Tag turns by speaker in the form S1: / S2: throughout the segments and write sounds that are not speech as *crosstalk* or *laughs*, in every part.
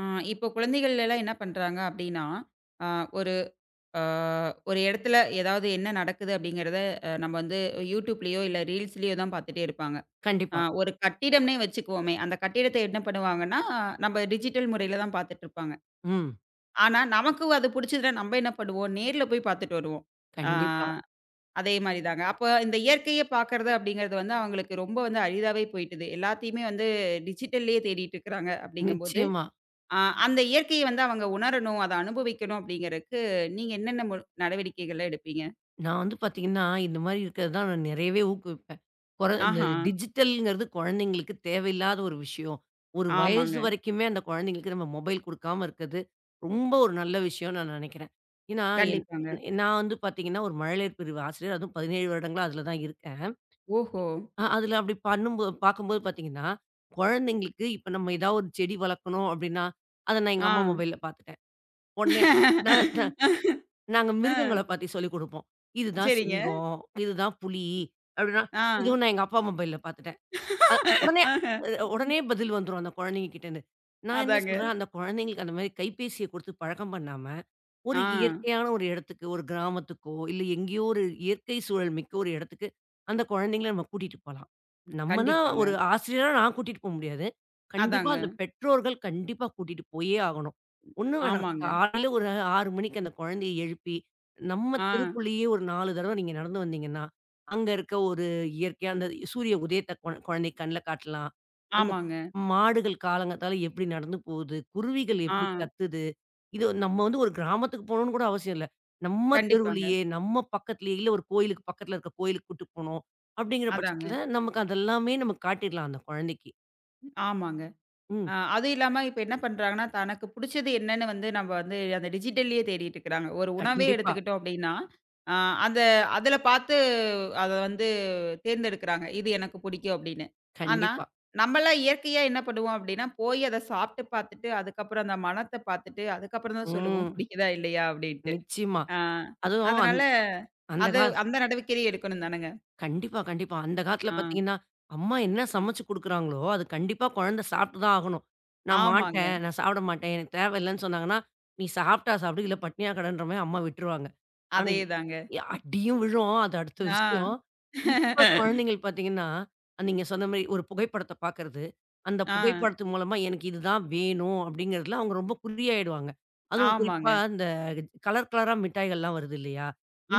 S1: ஆ, இப்போ குழந்தைகள் எல்லாம் என்ன பண்றாங்க அப்படின்னா, அ ஒரு அ ஒரு இடத்துல ஏதாவது என்ன நடக்குது அப்படிங்கிறத நம்ம வந்து YouTubeலயோ இல்ல ரீல்ஸ்லயோ தான் பார்த்துட்டே இருப்பாங்க.
S2: கண்டிப்பா.
S1: ஒரு கட்டிடம்னே வச்சுக்குவோமே, அந்த கட்டிடத்தை என்ன பண்ணுவாங்கன்னா, நம்ம டிஜிட்டல் முறையில தான் பார்த்துட்டு இருப்பாங்க.
S2: ம்.
S1: ஆனா, நமக்கு அது புடிச்சதுன்னா நம்ம என்ன பண்ணுவோம், நேர்ல போய் பார்த்துட்டு வருவோம். ஆ
S2: கண்டிப்பா.
S1: அதே மாரி தாங்க. அப்ப இந்த இயற்கைய பார்க்கறது அப்படிங்கிறது வந்து அவங்களுக்கு ரொம்ப வந்து அரிதாவே போயிட்டுது. எல்லாத்தையுமே வந்து டிஜிட்டல்லயே தேடிட்டு இருக்கிறாங்க அப்படிங்கும்போது
S2: நிச்சயமா.
S1: ஆ அந்த இயற்கைய வந்து அவங்க உணரணும், அத அனுபவிக்கணும் அப்படிங்கிறதுக்கு, நீங்க என்னென்ன நடவடிக்கைகள்லாம் எடுப்பீங்க?
S2: நான் வந்து பார்த்தீங்கன்னா, இந்த மாரி இருக்கிறது தான் நான் நிறையவே ஊக்குவிப்பேன். கொற இந்த
S1: ஆஹா!
S2: டிஜிட்டல்ங்கிறது குழந்தைங்களுக்கு தேவையில்லாத ஒரு விஷயம். ஒரு வயசு
S1: ஆமாங்க.
S2: வரைக்குமே அந்த குழந்தைங்களுக்கு நம்ம மொபைல் குடுக்காம இருக்கிறது, ரொம்ப ஒரு நல்ல விஷயம்னு நான் நினைக்கிறேன். ஏன்னா, என்
S1: கண்டிப்பாங்க.
S2: நான் வந்து பார்த்தீங்கன்னா, ஒரு மழலையர் பிரிவு ஆசிரியர். அதுவும் 17 வருடங்களா அதில தான் இருக்கேன்.
S1: ஓஹோ!
S2: அதில அப்படி பண்ணும்போ பார்க்கும்போது பார்த்தீங்கன்னா, குழந்தைங்களுக்கு இப்ப நம்ம ஏதாவது ஒரு செடி வளர்க்கணும் அப்படின்னா, அத நான்
S1: ஆ.
S2: எங்க அம்மா மொபைல்ல பார்த்துட்டேன். உடனே நான் நாங்க
S1: ஆ.
S2: மிருகங்கள பத்தி சொல்லிக் குடுப்போம். இதுதான்
S1: சரிங்க.
S2: சிங்கம், இதுதான் புலி அப்டின்னா,
S1: ஆ.
S2: இதுவும் நான் எங்க அப்பா மொபைல்ல பாத்துட்டேன். அ உடனே
S1: ஆஹ.
S2: அ
S1: ம்.
S2: உடனே பதில் வந்துரும் அந்த குழந்தைங்க கிட்டேருந்து. நான் என்ன
S1: அதாங்க.
S2: சொல்றேன், அந்த குழந்தைங்களுக்கு அந்த மாரி கைபேசிய குடுத்து பழக்கம் பண்ணாம
S1: ஆ.
S2: ஒரு இயற்கையான ஒரு இடத்துக்கு, ஒரு கிராமத்துக்கோ, இல்ல எங்கேயோ ஒரு இயற்கை சூழல் மிக்க ஒரு இடத்துக்கு, அந்த குழந்தைங்கள நம்ம கூட்டிட்டு போலாம். நம்மனா
S1: கண்டிப்பாங்க.
S2: ஒரு ஆசிரியரா நான் கூட்டிட்டு போ முடியாது. கண்டிப்பா
S1: அதாங்க.
S2: அந்த பெற்றோர்கள் கண்டிப்பா கூட்டிட்டு போயே ஆகணும். ஒண்ணும் வேணாம்.
S1: ஆமாங்க.
S2: காலையில ஒரு 6 மணிக்கு அந்த குழந்தைய எழுப்பி, நம்ம
S1: ஆ.
S2: தெருக்குள்ளேயே ஒரு 4 தடவ நீங்க நடந்து வந்தீங்கன்னா, அங்க இருக்க ஒரு இயற்கையா அந்த சூரிய உதயத்த குழந்தை கண்ல காட்டலாம். அந்த
S1: ஆமாங்க.
S2: மாடுகள் காலங்காத்தால எப்படி நடந்து போகுது, குருவிகள் எப்படி
S1: ஆ.
S2: கத்துது. இது நம்ம வந்து ஒரு கிராமத்துக்கு போணும்னு கூட அவசியம் இல்ல. நம்ம
S1: கண்டிப்பாங்க.
S2: தெருவுலயே, நம்ம பக்கத்திலேயே, இல்ல ஒரு கோயிலுக்கு பக்கத்துல இருக்க கோயிலுக்கு கூட்டு போணும். அப்படிங்கிற
S1: அதாங்க.
S2: பட்சத்துல நமக்கு அதெல்லாமே நம்ம காட்டிடலாம் அந்த குழந்தைக்கு.
S1: ஆமாங்க.
S2: ம்.
S1: அது இல்லாம இப்ப என்ன பண்றாங்கன்னா, தனக்கு புடிச்சது என்னன்னு வந்து நம்ம வந்து அந்த டிஜிட்டல்லயே தேடிட்டு இருக்கிறாங்க. ஒரு உணவே
S2: கண்டிப்பா,
S1: எடுத்துக்கிட்டோம் அப்டின்னா, அ அந்த அதுல பார்த்து அத வந்து தேர்ந்தெடுக்கிறாங்க. இது எனக்கு புடிக்கும் அப்டின்னு. ஆனா,
S2: கண்டிப்பா.
S1: நம்மலாம் இயற்கையா என்ன பண்ணுவோம் அப்டின்னா, போய் அத சாப்ட்டு பார்த்துட்டு, அதுக்கப்புறம் அந்த மணத்த பார்த்துட்டு, அதுக்கப்புறம் தான் சொல்லுவோம்
S2: ம்.
S1: பிடிக்குதா இல்லையா அப்டின்ட்டு.
S2: நிச்சயமா.
S1: ஆ
S2: அதுவும் அந்
S1: அதனால
S2: அந்த
S1: அது அந்த நடவடிக்கையே எடுக்கணும் தானங்க.
S2: கண்டிப்பா, கண்டிப்பா. அந்த காலத்துல
S1: ஆ
S2: பாத்தீங்கன்னா, அம்மா என்ன சமைச்சு குடுக்குறாங்களோ, அது கண்டிப்பா குழந்தை சாப்பிட்டு தான் ஆகணும். நான்
S1: ஆமாங்க.
S2: மாட்டேன், நான் சாப்பிட மாட்டேன், எனக்கு தேவையில்லன்னு சொன்னாங்கன்னா, நீ சாப்பிட்டா சாப்பிடு, இல்ல பட்னியா கெடன்ற மாரி அம்மா விட்டுருவாங்க. ஆனா,
S1: அதேதாங்க.
S2: அடியும் விழும். அது அடுத்த
S1: ஆ.
S2: விஷயம்.
S1: ஆ
S2: இப்ப
S1: *laughs*
S2: குழந்தைகள் பாத்தீங்கன்னா, நீங்க சொன்ன மாரி ஒரு புகைப்படத்த பாக்குறது, அந்த புகைப்படத்து மூலமா எனக்கு இதுதான் வேணும் அப்படிங்கிறதுல அவங்க ரொம்ப குறியாயிடுவாங்க. அதுவும் குறிப்பா
S1: ஆமாங்க.
S2: இந்த கலர் கலரா மிட்டாய்கள்லாம் வருது இல்லையா?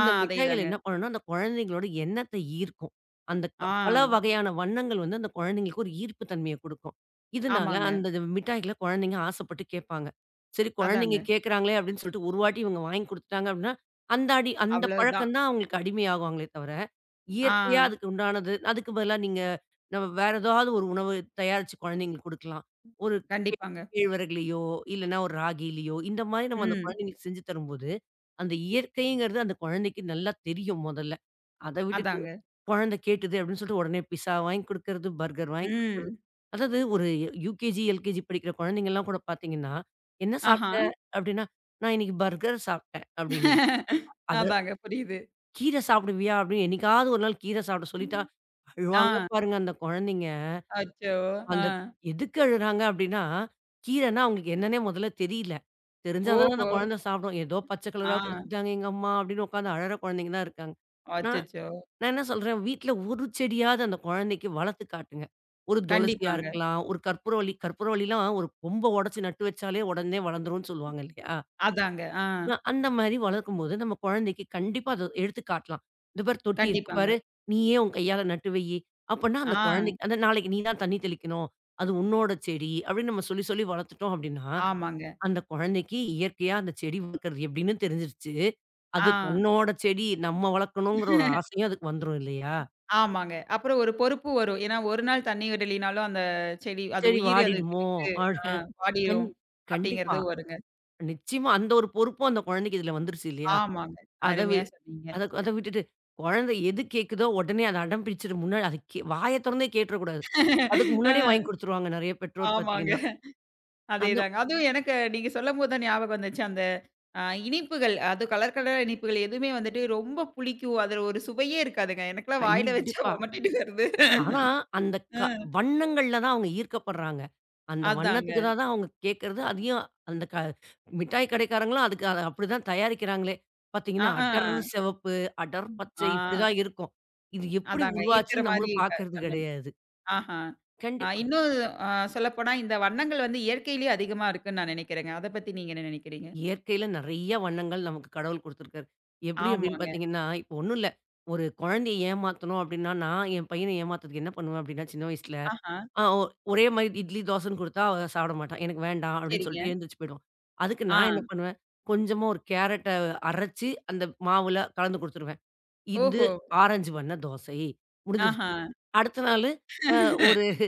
S1: ஆ
S2: மிட்டாய்கள்
S1: அதேதாங்க.
S2: என்ன பண்ணும்னா, அந்த குழந்தைங்களோட எண்ணத்த ஈர்க்கும். அந்த க
S1: ஆ
S2: பல வகையான வண்ணங்கள் வந்து அந்த குழந்தைங்களுக்கு ஒரு ஈர்ப்பு தன்மைய குடுக்கும். இதனால
S1: ஆமாங்க.
S2: அந்த இது மிட்டாய்கள குழந்தைங்க ஆசைப்பட்டு கேட்பாங்க. சரி குழந்தைங்க
S1: அதாங்க.
S2: கேட்கறாங்களே அப்படின்னு சொல்லிட்டு ஒரு வாட்டி இவங்க வாங்கி குடுத்துட்டாங்க அப்படின்னா, அந்த
S1: அவ்வளவுதான்.
S2: பழக்கம் தான் அவங்களுக்கு அடிமையாகுவாங்களே தவிர,
S1: ஆ
S2: இயற்கையா அதுக்கு உண்டானது அதுக்கு பதிலா நீங்க நம்ம வேற ஏதாவது ஒரு உணவு தயாரிச்சு குழந்தைங்களுக்கு குடுக்கலாம். ஒரு
S1: கண்டிப்பாங்க.
S2: கேழ்வரகுலயோ, இல்லன்னா ஒரு ராகிலயோ, இந்த மாரி நம்ம அந்த
S1: ம்.
S2: குழந்தைங்களுக்கு செஞ்சு தரும்போது, அந்த இயற்கைங்கிறது அந்த குழந்தைக்கு நல்லா தெரியும் மொதல்ல. அத விட்டுட்டு
S1: அதாங்க.
S2: குழந்தை கேட்டுது அப்படின்னு சொல்லிட்டு உடனே பிஸ்ஸா வாங்கி குடுக்கறது, பர்கர் வாங்கி கொடு-
S1: ம்.
S2: அதாவது ஒரு யுகேஜி, எல்கேஜி படிக்கிற குழந்தைங்கலாம் கூட பார்த்தீங்கன்னா, "என்ன
S1: ஆஹா.
S2: சாப்பிட்ட?" அப்படின்னா, "நான் இன்னைக்கு பர்கர் சாப்பிட்டேன்" அப்படிங்கும். அத
S1: அதாங்க புரியுது.
S2: "கீரை சாப்பிடுவியா?" அப்படின்னு என்னைக்காவது ஒரு நாள் கீரை சாப்பிட
S1: ம்.
S2: சொல்லிட்டா,
S1: ஆ.
S2: அழுவாங்க பாருங்க அந்த குழந்தைங்க.
S1: அச்சோ! ஆ.
S2: அந்த எதுக்கு அழுறாங்க அப்படின்னா, கீரைன்னா அவங்களுக்கு என்னன்னே முதல்ல தெரியல. தெரிஞ்சா தானே
S1: ஓஹோ!
S2: அந்த குழந்தை சாப்பிடும். ஏதோ பச்சை கலரா
S1: ஆ.
S2: குடுத்துட்டாங்க எங்க அம்மா அப்படின்னு உட்காந்து அழற குழந்தைங்க தான் இருக்காங்க. நான்
S1: அச்சச்சோ!
S2: நான் என்ன சொல்றேன், வீட்ல ஒரு செடியாவது அந்த குழந்தைக்கு வளர்த்து காட்டுங்க. ஒரு துளசியா
S1: கண்டிப்பாங்க.
S2: இருக்கலாம், ஒரு கற்பூரவள்ளி கற்பூரவள்ளிலாம் ஒரு கொம்ப உடைச்சு நட்டு வச்சாலே உடனே வளர்ந்துரும்னு சொல்லுவாங்க இல்லையா?
S1: அதாங்க. ஆ.
S2: நான் அந்த மாரி வளர்க்கும்போது, நம்ம குழந்தைக்கு கண்டிப்பா அத எடுத்து காட்டலாம். "இந்த பாரு தொட்டி இருக்கு
S1: கண்டிப்பாங்க.
S2: பாரு, நீயே உன் கையால நட்டு வையி." அப்பன்னா
S1: ஆ.
S2: அந்த குழந்தைக்கு அந்த நாளைக்கு நீ தான் தண்ணி தெளிக்கணும். அது உன்னோட செடி அப்படின்னு நம்ம சொல்லி சொல்லி வளர்த்துட்டோம் அப்படின்னா,
S1: ஆமாங்க.
S2: அந்த குழந்தைக்கு இயற்கையா அந்த செடி வளர்க்கறது எப்படின்னு தெரிஞ்சிருச்சு. அது
S1: ஆ.
S2: தன்னோட செடி நம்ம வளர்க்கணுங்கிற ஒரு ஆசையும் அதுக்கு வந்துரும் இல்லையா?
S1: ஆமாங்க. அப்புறம் ஒரு பொறுப்பு வரும். ஏன்னா, ஒரு நாள் தண்ணி விடலினாலும் அந்த செடி அது
S2: "சரி
S1: உயிர் அதுக்கு
S2: வாடிடுமோ"
S1: இருக்கு. ஆ
S2: அப்படி கண்
S1: வாடிரும். அப்படிங்கிறது
S2: கண்டிப்பா.
S1: வருங்க.
S2: நிச்சயமா அந்த ஒரு பொறுப்பும் அந்த குழந்தைக்கு இதுல வந்துருச்சு இல்லையா?
S1: ஆமாங்க.
S2: அத வி
S1: அருமையா சொன்னீங்க.
S2: அத அத விட்டுட்டு, குழந்தை எது கேட்குதோ உடனே அத அடம் பிடிச்சுட்டு முன்னாடி அது வாய தொறந்தே கேட்டுறக்கூடாது. அதுக்கு முன்னாடியே வாங்கி
S1: அ
S2: குடுத்துருவாங்க நெறைய பெற்றோர்
S1: ஆமாங்க.
S2: பார்த்தீங்கன்னா. அந்த
S1: அதேதாங்க. அதுவும் எனக்கு நீங்க சொல்லம்போது தான் ஞாபகம் வந்துச்சு. அந்த அ இனிப்புகள் அது கலர் கலரா இனிப்புகள் எதுவுமே வந்துட்டு ரொம்ப புளிக்கும். அதுல ஒரு சுவையே இருக்காதுங்க. எனக்கெல்லாம் வாயில வச்சா
S2: கண்டிப்பா.
S1: ஒமட்டிட்டு வருது.
S2: ஆனா, அந்த க
S1: ம்.
S2: வண்ணங்கள்ல தான் அவங்க ஈர்க்கப்படுறாங்க. அந்த வண்ணத்துக்கு
S1: அதாங்க.
S2: தான் தான் அவங்க கேட்கறது. அதையும் அந்த க மிட்டாய் கடைக்காரங்களும் அதுக்கு அத அப்படிதான் தயாரிக்கிறாங்களே! பார்த்தீங்கன்னா,
S1: ஆஹா.
S2: அடர் சிவப்பு, அடர்
S1: ஆ
S2: பச்சை இப்படிதான் இருக்கும். இது எப்படி
S1: அதாங்க. இருக்கிற
S2: உருவாச்சுன்னு
S1: மாரி
S2: நம்மளும்
S1: இருக்காது. *unintelligible*
S2: பார்க்கறது
S1: பண்ணணும்.
S2: கிடையாது.
S1: ஆஹா. அ
S2: கண்டிப்பா.
S1: இன்னும் அ சொல்லப்போனா இந்த வண்ணங்கள் வந்து இயற்கையிலேயே அதிகமா இருக்குன்னு நான் நினைக்கிறேங்க. அத பத்தி நீங்க என்ன நினைக்கிறீங்க?
S2: இயற்கையில நெறைய வண்ணங்கள் நமக்கு கடவுள் குடுத்துருக்காரு. எப்படி அப்படின்னு
S1: ஆமாங்க.
S2: பார்த்தீங்கன்னா, இப்போ ஒண்ணும் இல்ல. ஒரு குழந்தைய ஏமாத்தணும் அப்படின்னா, நான் என் பையன ஏமாத்துறதுக்கு என்ன பண்ணுவேன் அப்படின்னா, சின்ன வயசுல,
S1: ஆஹா.
S2: ஆ ஒ ஒரே மாரி இட்லி, தோசைன்னு குடுத்தா அவ சாப்பிட மாட்டான். எனக்கு வேண்டாம் அப்படின்னு
S1: சரிங்க.
S2: சொல்லிட்டு எழுந்திரிச்சு போயிடுவான். அதுக்கு
S1: ஆ.
S2: நான் என்ன பண்ணுவேன், கொஞ்சமா ஒரு கேரட்ட அரைச்சு அந்த மாவுல கலந்து குடுத்துருவேன். இது
S1: ஓஹோ!
S2: ஆரஞ்சு வண்ண தோசை
S1: ஆஹா.
S2: முடிஞ்சிருச்சு. அடுத்த நாளு அ ஒரு
S1: *laughs*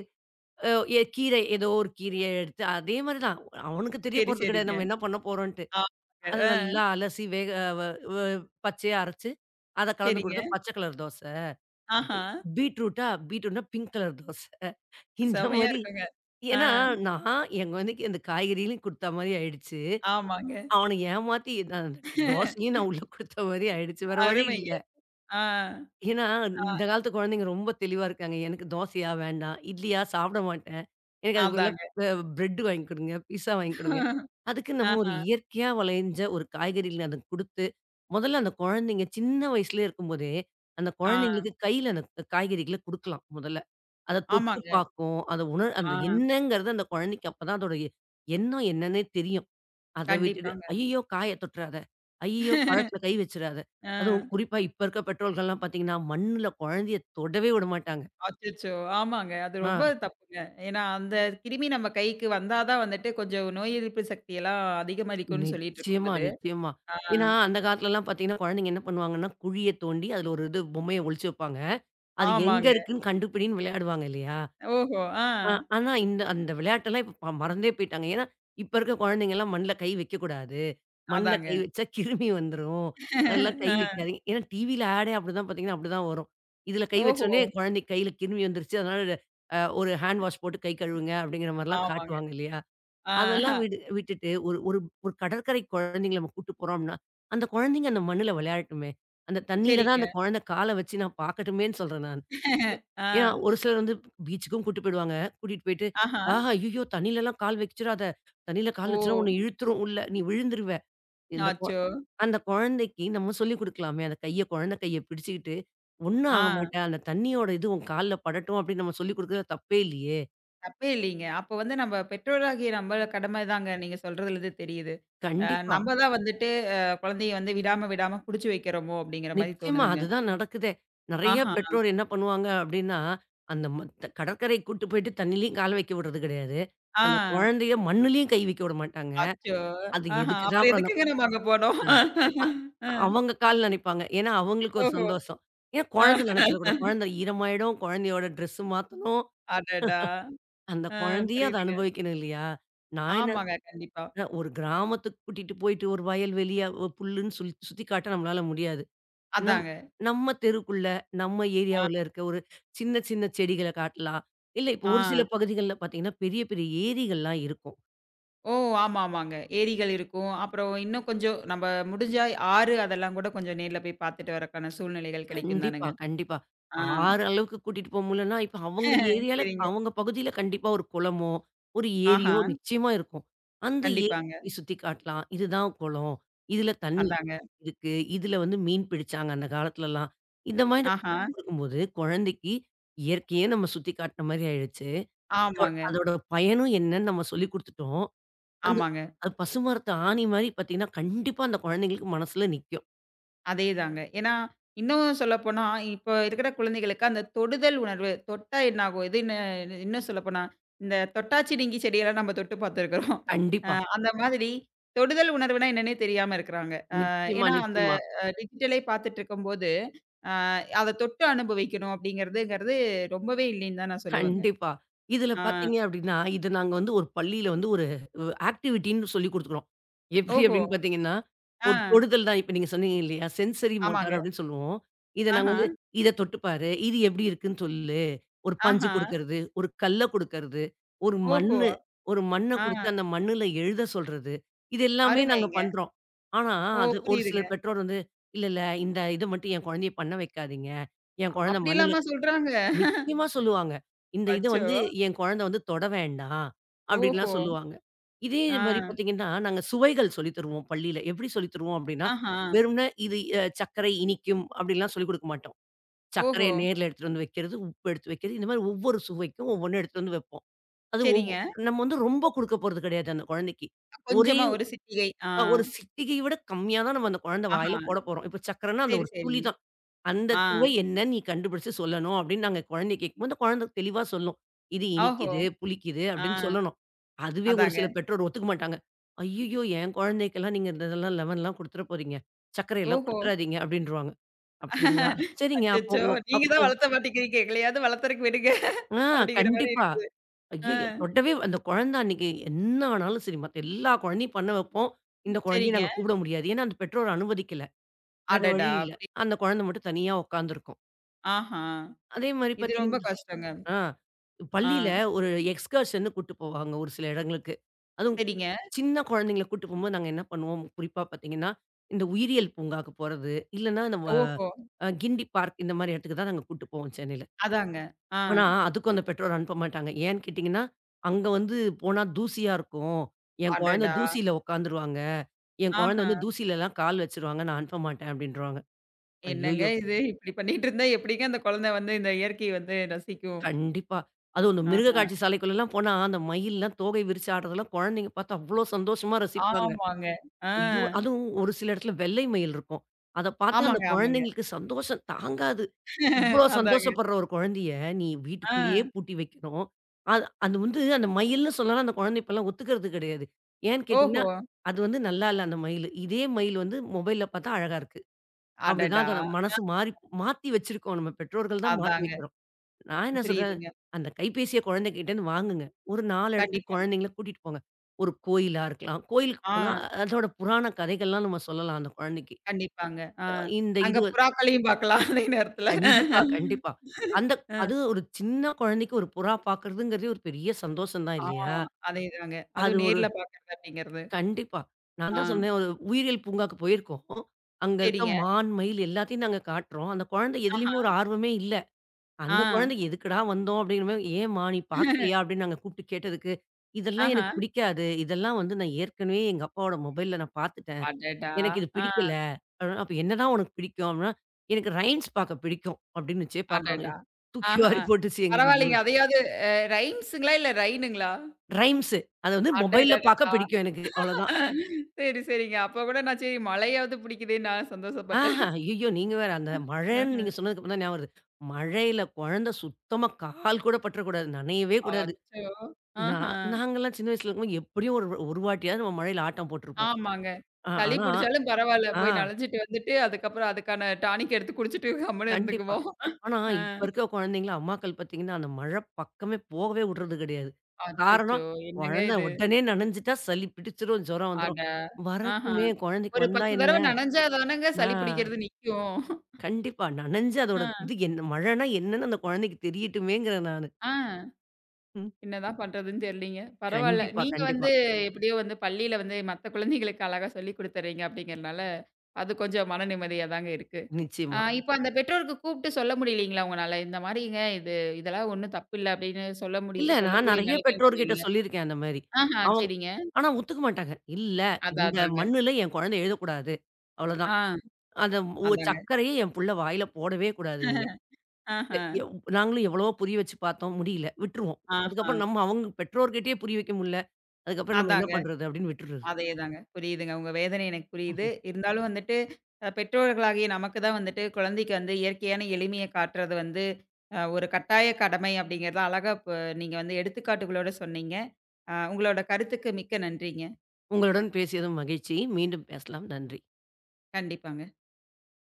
S2: அ எ கீரை ஏதோ ஒரு கீரைய எடுத்து அதே மாரி தான். அவனுக்கு தெரிய
S1: சரி,
S2: போறது கிடையாது
S1: சரிங்க.
S2: நம்ம என்ன பண்ண போறோம்ன்ட்டு.
S1: ஆமாங்க.
S2: அத
S1: அ.
S2: நல்லா அலசி வேக வ வ பச்சையா அரைச்சு, அத கலந்து ம்.
S1: சரிங்க.
S2: குடுத்து பச்ச கலர் தோச. பீ
S1: ஆஹா!
S2: பீட்ரூட்டா? பீட்ரூட்னா பிங்க் கலர் தோச. இந்த
S1: செமையா
S2: மாரி
S1: இருக்குங்க. ஆ,
S2: ஏன்னா, நான் என் குழந்தைக்கு அந்த காய்கறிகளையும் குடுத்த மாரி ஆயிடுச்சு.
S1: ஆமாங்க.
S2: அவன ஏமாத்தி நான் தோசையும் நான் உள்ள குடுத்த மாரி ஆயிடுச்சு. வேற வழி
S1: அருமைங்க.
S2: இல்ல.
S1: ஆ,
S2: ஏன்னா, இந்த காலத்து குழந்தைங்க ரொம்ப தெளிவா இருக்காங்க. எனக்கு தோசையா வேண்டாம், இட்லியா சாப்பிட மாட்டேன். எனக்கு அதுக்கு பதிலா
S1: அதாங்க.
S2: அ பிரெட் வாங்கி குடுங்க, பீஸா வாங்கி குடுங்க. அதுக்கு நம்ம ஒரு
S1: ஆஹா.
S2: இயற்கையா விளைஞ்ச ஒரு காய்கறிகள அத குடுத்து, முதல்ல அந்த குழந்தைங்க சின்ன வயசுலயே இருக்கும்போதே, அந்த
S1: ஆ,
S2: குழந்தைங்களுக்கு கையில அந்த காய்கறிகள குடுக்கலாம் முதல்ல. அத தொட்டு
S1: ஆமாங்க.
S2: பாக்கும். அத உணர்
S1: ஆ,
S2: அந்த என்னங்கிறது அந்த குழந்தைக்கு அப்பதான் அதோட எண்ணம் என்னன்னே தெரியும். அத விட்டுட்டு,
S1: கண்டிப்பாங்க.
S2: "ஐயய்யோ! காய தொட்டுறாத. ஐயய்யோ! பழத்தில கை வச்சுறாத."
S1: ஆ,
S2: அதுவும் குறிப்பா இப்ப இருக்க பெற்றோர்கள்லாம் பார்த்தீங்கன்னா, மண்ணுல குழந்தைய தொடவே விடமாட்டாங்க.
S1: அச்சச்சோ! ஆமாங்க. அது
S2: ஆ.
S1: ரொம்ப தப்புங்க. ஏன்னா, அந்த கிருமி நம்ம கைக்கு வந்தா தான் வந்துட்டு கொஞ்சம் நோய் எதிர்ப்பு சக்தியெல்லாம் அதிகமதிக்கும்னு சொல்லிட்டு
S2: நிச்சயமா,
S1: இருக்கும்போது,
S2: நிச்சயமா.
S1: ஆ,
S2: ஏன்னா, அந்த காலத்துலலாம் பார்த்தீங்கன்னா, குழந்தைங்க என்ன பண்ணுவாங்கன்னா, குழிய தோண்டி, அதுல ஒரு இது பொம்மைய ஒளிச்சு வைப்பாங்க. அது எங்க
S1: ஆமாங்க.
S2: இருக்குன்னு கண்டுபிடின்னு விளையாடுவாங்க இல்லையா?
S1: ஓஹோ! ஆ,
S2: ஆனா அந்த விளையாட்டெல்லாம் இப்ப மறந்தே போயிட்டாங்க. ஏன்னா, இப்ப இருக்க குழந்தைங்கலாம் மண்ல கை வைக்கக்கூடாது. மண்ல கை
S1: அதாங்க.
S2: வச்சா கிருமி வந்துரும். அதெல்லாம் கை
S1: ஆ,
S2: வைக்காதீங்க. ஏன்னா டிவில ஆடே அப்படிதான் பார்த்தீங்கன்னா, அப்படிதான் வரும். இதுல கை
S1: ஓஹோ!
S2: வச்சோனே குழந்தைக்கு கையில கிருமி வந்துருச்சு. அதனால ஒரு ஹேண்ட் வாஷ் போட்டு கை கழுவுங்க அப்படிங்கிற மாரிலாம்
S1: ஆமாங்க.
S2: காட்டுவாங்க இல்லையா?
S1: ஆஹா.
S2: அதெல்லாம் விட்டுட்டு ஒரு ஒரு ஒரு கடற்கரை குழந்தைங்கள நம்ம கூட்டு போறோம்னா, அந்த குழந்தைங்க அந்த மண்ணுல விளையாடட்டுமே. அந்த தண்ணீல தான்
S1: சரிங்க.
S2: அந்த குழந்தை கால வச்சு நான் பார்க்கட்டுமேன்னு சொல்றேன் நானு. ஏன்னா,
S1: ஆ,
S2: ஒரு சிலர் வந்து பீச்சுக்கும் கூட்டிட்டு போயிடுவாங்க. கூட்டிட்டு போயிட்டு,
S1: ஆஹா.
S2: "ஆஹா! ஐய்யயோ! தண்ணீலலாம் கால் வச்சிராத. தண்ணீல கால்
S1: ஓ!
S2: வச்சனா உன்ன இழுத்துரும் உள்ள. நீ விழுந்துருவ." இந்த கொ
S1: அச்சோ!
S2: அந்த குழந்தைக்கு நம்ம சொல்லிக் குடுக்கலாமே! அந்த கைய குழந்தை கைய பிடிச்சுக்கிட்டு, "ஒண்ணும்
S1: ஆ
S2: ஆக மாட்டா. அந்த தண்ணியோட இது உன் கால்ல படட்டும்." அப்படின்னு நம்ம சொல்லிக் குடுக்குறது தப்பே இல்லையே!
S1: தப்பே இல்லீங்க. அப்ப வந்து நம்ம பெற்றோராகிய நம்ம கடமை தாங்க. நீங்க சொல்றதுலருந்து தெரியுது. அ
S2: கண்டிப்பா.
S1: நம்ம தான் வந்துட்டு அ குழந்தைய வந்து விடாம, விடாம புடிச்சு வைக்கிறோமோ! அப்படிங்கிற மாரி
S2: நிச்சயமா.
S1: தோணுதுங்க.
S2: அதுதான் நடக்குதே. நெறைய
S1: ஆஹா!
S2: பெற்றோர் என்ன பண்ணுவாங்க அப்படின்னா, அந்த ம த கடற்கரைக்கு கூட்டு போயிட்டு தண்ணிலயும் கால் வைக்க விடுறது கிடையாது. அந்த
S1: ஆ.
S2: குழந்தைய மண்ணுலயும் கை வைக்க விட மாட்டாங்க.
S1: அச்சோ!
S2: அது
S1: ஆஹா!
S2: எதுக்கு தான்
S1: அப்புறம்
S2: அப்புறம்
S1: எதுக்குங்க நம்ம அங்க போனோம்?
S2: ஆ. அ
S1: அ.
S2: அவங்க கால் நனைப்பாங்க. ஏன்னா, அவங்களுக்கு ஒரு
S1: ஓஹோ!
S2: சந்தோஷம். ஏன்னா
S1: அ.
S2: குழந்தை நெனச்சிடக்கூடாது. குழந்தை ஈரமாயிடும், குழந்தையோட ட்ரெஸ் மாத்தணும்.
S1: அடடா!
S2: அந்த
S1: அ
S2: குழந்தையும் அத
S1: புரியுதுங்க.
S2: அனுபவிக்கணும் இல்லையா? நான் என்ன
S1: ஆமாங்க. கண்டிப்பா.
S2: அ ஒரு கிராமத்துக்கு கூட்டிட்டு போயிட்டு ஒரு வயல் வெளிய ஒ புல்லுன்னு சுல் சுத்தி காட்ட நம்மளால முடியாது. நம்
S1: அதாங்க.
S2: நம்ம தெருக்குள்ள, நம்ம
S1: ஆ,
S2: ஏரியாவுல இருக்க ஒரு சின்ன சின்ன செடிகள காட்டலாம். இல்ல இப்போ
S1: ஆ.
S2: ஒரு சில பகுதிகள்ல பார்த்தீங்கன்னா, பெரிய பெரிய ஏரிகள்லாம் இருக்கும்.
S1: ஓ! ஆமா, ஆமாங்க. ஏரிகள் இருக்கும். அப்புறம் இன்னும் கொஞ்சம் நம்ம முடிஞ்சா ஆறு அதெல்லாம் கூட கொஞ்சம் நேர்ல போய் பார்த்துட்டு வரக்கான சூழ்நிலைகள் கிடைக்கும்
S2: கண்டிப்பா,
S1: தானங்க.
S2: கண்டிப்பா.
S1: ஆ
S2: ஆறு அளவுக்கு கூட்டிட்டு போ முடியலன்னா, இப்ப அவங்க
S1: *laughs*
S2: ஏரியால
S1: சரிங்க.
S2: அவங்க பகுதியில கண்டிப்பா ஒரு குளமோ, ஒரு
S1: ஆஹா.
S2: ஏரியோ நிச்சயமா இருக்கும். அந்த ஏரி
S1: கண்டிப்பாங்க.
S2: போய் சுத்தி காட்டலாம். இதுதான் குளம். இதுல தண்ணி
S1: அதாங்க.
S2: இருக்கு. இதுல வந்து மீன் பிடிச்சாங்க அந்த காலத்துலலாம். இந்த மாதிரி நம்ம
S1: ஆஹா.
S2: சொல்லிக் குடுக்கும்போது, குழந்தைக்கு இயற்கையே நம்ம சுத்தி காட்டுன மாரி ஆயிடுச்சு.
S1: ஆமாங்க,
S2: அதோட பயனும் என்னன்னு நம்ம சொல்லிக் குடுத்துட்டோம். அந்த
S1: ஆமாங்க.
S2: அது பசுமரத்து ஆணி மாரி பார்த்தீங்கன்னா, கண்டிப்பா அந்த குழந்தைங்களுக்கு மனசுல நிக்கும்.
S1: அதேதாங்க. ஏன்னா, இன்னும் சொல்லப்போனா, இப்போ இருக்கிற குழந்தைகளுக்கு அந்த தொடுதல் உணர்வு, தொட்டா என்னாகும்? இது இன்ன இன்னும் சொல்லப்போனா, இந்த தொட்டாச்சினுங்கி செடியெல்லாம் நம்ம தொட்டு பார்த்துருக்குறோம். அ
S2: கண்டிப்பா.
S1: அந்த மாதிரி தொடுதல் உணர்வுனா என்னன்னே தெரியாம இருக்கிறாங்க.
S2: நிச்சயமா,
S1: ஏன்னா அந்த
S2: நிச்சயமா.
S1: டிஜிட்டலே பார்த்துட்டுருக்கும்போது, அ அத தொட்டு அனுபவிக்கணும் அப்படிங்கிறதுங்கிறது ரொம்பவே இல்லைன்னு தான் நான் சொல்லுவேங்க.
S2: கண்டிப்பா. இதுல
S1: ஆ.
S2: பார்த்தீங்க அப்டின்னா, இத நாங்க வந்து ஒரு பள்ளியில வந்து ஒரு அ ஆக்டிவிட்டின்னு சொல்லிக் குடுத்துக்குறோம். எப்டி
S1: ஓஹோ!
S2: அப்டின்னு பார்த்தீங்கன்னா,
S1: ஆ.
S2: ஒரு தொடுதல் தான். இப்ப நீங்க சொன்னீங்க இல்லையா? சென்சரி
S1: ஆமாங்க.
S2: மோட்டார் அப்டின்னு சொல்லுவோம். இத நாங்க
S1: ஆஹா,
S2: வந்து இத தொட்டு பாரு. இது எப்டி இருக்குன்னு சொல்லு. ஒரு பஞ்சு
S1: ஆஹா.
S2: குடுக்கறது, ஒரு கல்ல குடுக்கறது, ஒரு
S1: ஓஹோ!
S2: மண்ணு ஒரு மண்ண
S1: ஆ.
S2: குடுத்து அந்த மண்ணுல எழுத சொல்றது. இது எல்லாமே நாங்க
S1: அருமைங்க.
S2: பண்றோம். ஆனா,
S1: ஓ!
S2: அது ஒரு சில
S1: புரியுதுங்க.
S2: பெற்றோர் வந்து, இல்ல, இந்த இத மட்டும் என் குழந்தைய பண்ண வைக்காதீங்க. என் குழந்தை மண்ணுல
S1: அப்படிலாமா சொல்றாங்க?
S2: நிச்சயமா சொல்லுவாங்க. இந்த இத
S1: அச்சோ!
S2: வந்து என் குழந்தை வந்து தொட வேண்டாம்,
S1: ஓஹோ!
S2: அப்படின்லாம் சொல்லுவாங்க. இதே
S1: ஆ.
S2: மாரி பார்த்தீங்கன்னா, நாங்க சுவைகள் சொல்லித் தருவோம் பள்ளியில. எப்படி சொல்லித் தருவோம் அப்படின்னா,
S1: ஆஹா.
S2: வெறுமனே இது சர்க்கரை இனிக்கும் அப்படின்லாம் சொல்லிக் கொடுக்க மாட்டோம்.
S1: ஓஹோ!
S2: சர்க்கரைய நேர்ல எடுத்துட்டு வந்து வைக்கிறது, உப்பு எடுத்து வைக்கிறது, இந்த மாரி ஒவ்வொரு சுவைக்கும் ஒவ்வொன்னு எடுத்துட்டு வந்து வைப்போம். அது ஒவ்
S1: சரிங்க.
S2: நம்ம வந்து ரொம்ப குடுக்கப் போறது கிடையாது அந்த குழந்தைக்கு. ஒரே
S1: கொஞ்சமா ஒரு சிட்டிகை. ஆ.
S2: அ ஒரு சிட்டிகை விட கம்மியா தான் நம்ம அந்த குழந்தை
S1: ஆஹா.
S2: வாயில போடப் போறோம். இப்ப சர்க்கரைன்னா அந்த
S1: சரி,
S2: ஒரு துளி
S1: சரிங்க.
S2: தான். அந்த
S1: ஆ.
S2: சுவை என்னன்னு நீ கண்டுபிடிச்சு சொல்லணும் அப்படின்னு நாங்க குழந்தைய கேட்கும்போது, அந்த குழந்தை தெளிவா சொல்லும். இது
S1: ஓஹோ!
S2: இனிக்குது, புளிக்குது
S1: ஆ.
S2: அப்படின்னு சொல்லணும். அதுவே ஒரு
S1: அதாங்க.
S2: சில பெற்றோர் ஒத்துக்க மாட்டாங்க. "ஐய்யய்யோ! என் குழந்தைக்கெல்லாம் நீங்க இந்த இதெல்லாம் லெமன்லாம் குடுத்துற போறீங்க. சர்க்கரையெல்லாம்
S1: ஓஹோ!
S2: குடுத்துறாதீங்க" அப்படின்ருவாங்க. அப்படிங்களா? சரிங்க. அப்போ
S1: அச்சச்சோ!
S2: உங்க
S1: நீங்க
S2: அப்
S1: தான் வளர்த்த மாட்டேங்கிறீங்க. எங்களையாவது வளர்த்தறக்கு விடுங்க.
S2: ஆ
S1: அப்படிங்கிற மாரி
S2: கண்டிப்பா.
S1: இருக்குது. ஆ.
S2: ஐய்யய்யோ! தொடவே அந்த குழந்தை அன்னைக்கு என்ன ஆனாலும் சரி, மத்த எல்லா குழந்தையும் பண்ண வைப்போம். இந்த குழந்தைய
S1: சரிங்க.
S2: நாங்க கூப்பிட முடியாது. ஏன்னா, அந்த பெற்றோர் அனுமதிக்கல. வேற
S1: அடடா!
S2: வழி இல்ல.
S1: அப்படி
S2: அந்த குழந்தை மட்டும் தனியா உட்கார்ந்திருக்கும்.
S1: ஆஹா.
S2: அதே மாரி
S1: இது ரொம்ப
S2: பார்த்தீங்கன்னா
S1: கஷ்டங்க.
S2: ஆ.
S1: ஆ.
S2: பள்ளியில ஒரு எக்ஸ்கர்ஷன்னு கூட்டு போவாங்க ஒரு சில இடங்களுக்கு. அதுவும்
S1: சரிங்க.
S2: சின்ன குழந்தைங்கள கூட்டு போம்போது நாங்க என்ன பண்ணுவோம், குறிப்பா பார்த்தீங்கன்னா, இந்த உயிரியல் பூங்காக்கு போறது, இல்லன்னா இந்த வ
S1: ஓஹோ!
S2: அ கிண்டி பார்க் இந்த மாரி இடத்துக்கு தான் நாங்க கூட்டு போவோம் சென்னையில.
S1: அதாங்க. ஆ.
S2: ஆனா, அதுக்கும் அந்த பெற்றோர் அனுப்ப மாட்டாங்க. ஏன்னு கேட்டீங்கன்னா, அங்க வந்து போனா தூசியா இருக்கும். என் குழந்தை
S1: அடடா!
S2: தூசியில உட்காந்துருவாங்க. என் குழந்தை
S1: ஆஹா.
S2: வந்து தூசியிலலாம் கால் வச்சுருவாங்க. நான் அனுப்ப மாட்டேன் அப்டின்ருவாங்க.
S1: என்னங்க
S2: ஐயயோ!
S1: இது? இப்படி பண்ணிட்டு இருந்தா எப்படிங்க அந்த குழந்தை வந்து இந்த இயற்கைய வந்து ரசிக்கும்?
S2: கண்டிப்பா. அதுவும் இந்த மிருக
S1: ஆஹா.
S2: காட்சி சாலைக்குள்ளலாம் போனா, அந்த மயில்லாம் தோகை விரிச்சு ஆடுறதெல்லாம் குழந்தைங்க பார்த்து அவ்ளோ சந்தோஷமா ரசிப்பாங்க.
S1: ஆமாங்க. ஆ.
S2: ஐயோ! அதுவும் ஒரு சில இடத்துல வெள்ளை மயில் இருக்கும். அத பார்த்தா அந்த
S1: ஆமாங்க, ஆமாங்க.
S2: குழந்தைங்களுக்கு சந்தோஷம் தாங்காது. இவ்ளோ
S1: அதாங்க.
S2: சந்தோஷப்படுற ஒரு குழந்தைய நீ
S1: ஆ.
S2: வீட்டுக்குள்ளேயே பூட்டி வைக்கணும். அது அது வந்து அந்த மயில்னு சொன்னாலும் அந்த குழந்தை இப்பலாம் ஒத்துக்கிறது கிடையாது. ஏன்னு கேட்டீங்கன்னா,
S1: ஓஹோ!
S2: அது வந்து நல்லா இல்ல அந்த மயிலு. இதே மயில் வந்து மொபைல்ல பார்த்தா அழகா இருக்கு. அப்படிதான்
S1: அடடா!
S2: அதோட மனசு மாறி மாத்தி வச்சிருக்கோம். நம்ம பெற்றோர்கள் தான் மாத்தி
S1: அதாங்க.
S2: வைக்கிறோம். நான் என்ன சொல்றேன்,
S1: புரியுதுங்க.
S2: அந்த கைபேசிய குழந்தைகிட்டேருந்து வாங்குங்க. ஒரு 4 இடத்துக்கு
S1: கண்டிப்பாங்க.
S2: குழந்தைங்கள கூட்டிட்டு போங்க. ஒரு கோயிலா இருக்கலாம். கோயிலுக்கு
S1: ஆ,
S2: போனா அதோட புராண கதைகள்லாம் நம்ம சொல்லலாம் அந்த குழந்தைக்கு.
S1: கண்டிப்பாங்க. ஆ.
S2: அ இந்த
S1: அங்க
S2: இது வ
S1: புறாக்களையும் பார்க்கலாம் அதே நேரத்துல.
S2: கண்டிப்பா, கண்டிப்பா. அந்த
S1: அ.
S2: அது ஒரு சின்ன குழந்தைக்கு ஒரு புறா பார்க்குறதுங்கிறதே ஒரு பெரிய சந்தோஷம் தான்
S1: ஆ
S2: இல்லையா?
S1: அதேதாங்க.
S2: அது
S1: அதுவும்
S2: ஒரு
S1: நேர்ல பார்க்கறது அப்படிங்கிறது.
S2: கண்டிப்பா. நான்
S1: ஆ.
S2: தான் சொன்னேன் ஒரு உயிரியல் பூங்காக்கு போயிருக்கோம். அங்க இருக்க
S1: சரிங்க.
S2: மான், மயில் எல்லாத்தையும் நாங்க காட்டுறோம். அந்த குழந்தை
S1: ஆஹா.
S2: எதுலயுமே ஒரு ஆர்வமே இல்ல.
S1: ஆ.
S2: அந்த குழந்தைக்கு எதுக்குடா வந்தோம் அப்படிங்கிற மாரி, "ஏம்மா நீ பார்க்கலையா?" அப்படின்னு நாங்க கூப்பிட்டு கேட்டதுக்கு, "இதெல்லாம்
S1: ஆஹா.
S2: எனக்கு பிடிக்காது. இதெல்லாம் வந்து நான் ஏற்கனவே எங்க அப்பாவோட மொபைல்ல நான் பார்த்துட்டேன்.
S1: அடடா!
S2: எனக்கு இது
S1: ஆ.
S2: பிடிக்கல." அப்படின்னா, "அப்ப என்னதான் உனக்கு பிடிக்கும்?" அப்படின்னா, "எனக்கு ரைம்ஸ் பார்க்க பிடிக்கும்." அப்படின்னு வச்சே
S1: அடடா!
S2: பார்க்கணும். தூக்கி
S1: ஆஹா.
S2: வாரி போட்டுச்சு எங்களுக்கு இது.
S1: பரவாயில்லைங்க. அதையாவது அ ரைம்ஸுங்களா? இல்ல ரைனுங்களா?
S2: ரைம்ஸு. அத வந்து மொபைல்ல பார்க்க
S1: அடடடடா!
S2: பிடிக்கும் எனக்கு. அவ்வளோதான்.
S1: சரி, சரிங்க. அப்ப கூட நான் சரி மழையாவது பிடிக்குதேன்னு நான்
S2: ஆஹ!
S1: சந்தோஷப்பட்டேன்.
S2: ஐயய்யோ! நீங்க வேற. அந்த மழைன்னு நீங்க சொன்னதுக்கு அப்புறம் தான் ஞாபகம் வருது. மழையில குழந்தை சுத்தமா கால் கூட பற்றக்கூடாது. நனையவே கூடாது.
S1: அச்சோ! ஆஹா.
S2: நாங்கலாம் சின்ன வயசுல இருக்கும்போது எப்படியும் ஒரு ஒரு வாட்டியாவது நம்ம மழையில ஆட்டம் போட்டுருப்போம்.
S1: ஆமாங்க.
S2: அ
S1: சளி
S2: ஆனா
S1: புடிச்சாலும் பரவால்ல.
S2: ஆ
S1: போய் நனஞ்சுட்டு வந்துட்டு, அதுக்கப்புறம் அதுக்கான டானிக் எடுத்து குடிச்சுட்டு கம்முனு
S2: கண்டிப்பா.
S1: இருந்துக்குவோம்.
S2: ஆனா
S1: ஆ.
S2: இப்ப இருக்க குழந்தைங்கள அம்மாக்கள் பார்த்தீங்கன்னா, அந்த மழை பக்கமே போகவே விடுறது கிடையாது.
S1: அச்சச்சோ!
S2: காரணம்
S1: என்னங்க
S2: குழந்த
S1: இது?
S2: உடனே நனைஞ்சுட்டா சளி பிடிச்சிரும், ஜுரம்
S1: அட!
S2: வந்துரும்.
S1: ஆஹா.
S2: வரட்டுமே குழந்தைக்கு
S1: ஒரு
S2: வந்தா
S1: 10
S2: என்ன?
S1: தடவ நனஞ்சா தானங்க சளி
S2: ஆ
S1: பிடிக்கிறது நிக்கும்.
S2: கண்டிப்பா நனைஞ்சு
S1: ஆ,
S2: அதோட இது என்ன மழைன்னா என்னன்னு அந்த குழந்தைக்கு தெரியட்டுமேங்கிறேன் நானு.
S1: ஆ.
S2: ம்.
S1: என்னதான் பண்றதுன்னு தெரியலீங்க. பரவால்ல.
S2: கண்டிப்பா,
S1: நீங்க வந்து
S2: கண்டிப்பா.
S1: எப்படியோ வந்து பள்ளியில வந்து மத்த குழந்தைகளுக்கு அழகா சொல்லிக் குடுத்துர்றீங்க அப்படிங்கிறனால, அது கொஞ்சம் மன நிம்மதியா தாங்க இருக்கு.
S2: நிச்சயமா.
S1: இப்ப அந்த பெற்றோருக்கு கூப்பிட்டு சொல்ல முடியலைங்களா உங்கனால? இந்த மாரிங்க இது இதெல்லாம் ஒண்ணும் தப்பில்ல அப்படின்னு சொல்ல
S2: இல்ல. நான்
S1: சொல்லக்கூடிய
S2: நெறைய
S1: நிலைமையில நம்ம
S2: பெற்றோர்கிட்ட
S1: இல்ல.
S2: சொல்லியிருக்கேன் அந்த மாரி.
S1: ஆஹா,
S2: அவங்
S1: சரிங்க.
S2: ஆனா ஒத்துக்க மாட்டாங்க. "இல்ல,
S1: அதான்
S2: இந்த
S1: அதாங்க.
S2: மண்ணுல என் குழந்தை எழுதக்கூடாது. அவ்வளதான்.
S1: ஆ
S2: அந்த ஒ
S1: அதாங்க.
S2: சர்க்கரைய என் புள்ள வாயில போடவே கூடாது நீங்க." எ
S1: ஆஹா,
S2: எவ் நாங்களும் எவ்வளவோ புரிய வச்சு பார்த்தோம். முடியல. விட்டுருவோம்.
S1: ஆஹா.
S2: அதுக்கப்புறம் நம்ம அவங்க பெற்றோர்கிட்டயே புரிய வைக்க முடியல. அதுக்கப்புறம் நம்ம என்ன
S1: அதாங்க.
S2: பண்றது? அப்படின்னு விட்டுறது.
S1: அதேதாங்க. புரியுதுங்க. உங்க வேதனை எனக்கு புரியுது.
S2: ம்ஹ்ம்.
S1: இருந்தாலும் வந்துட்டு பெற்றோர்களாகிய நமக்கு தான் வந்துட்டு குழந்தைக்கு வந்து இயற்கையான எளிமைய காட்டுறது வந்து ஒரு கட்டாய கடமை அப்படிங்கிறத அழகா இப்ப நீங்க வந்து எடுத்துக்காட்டுகளோட சொன்னீங்க. உங்களோட கருத்துக்கு மிக்க நன்றிங்க.
S2: உங்களுடன் பேசியதும் மகிழ்ச்சி. மீண்டும் பேசலாம். நன்றி.
S1: கண்டிப்பாங்க.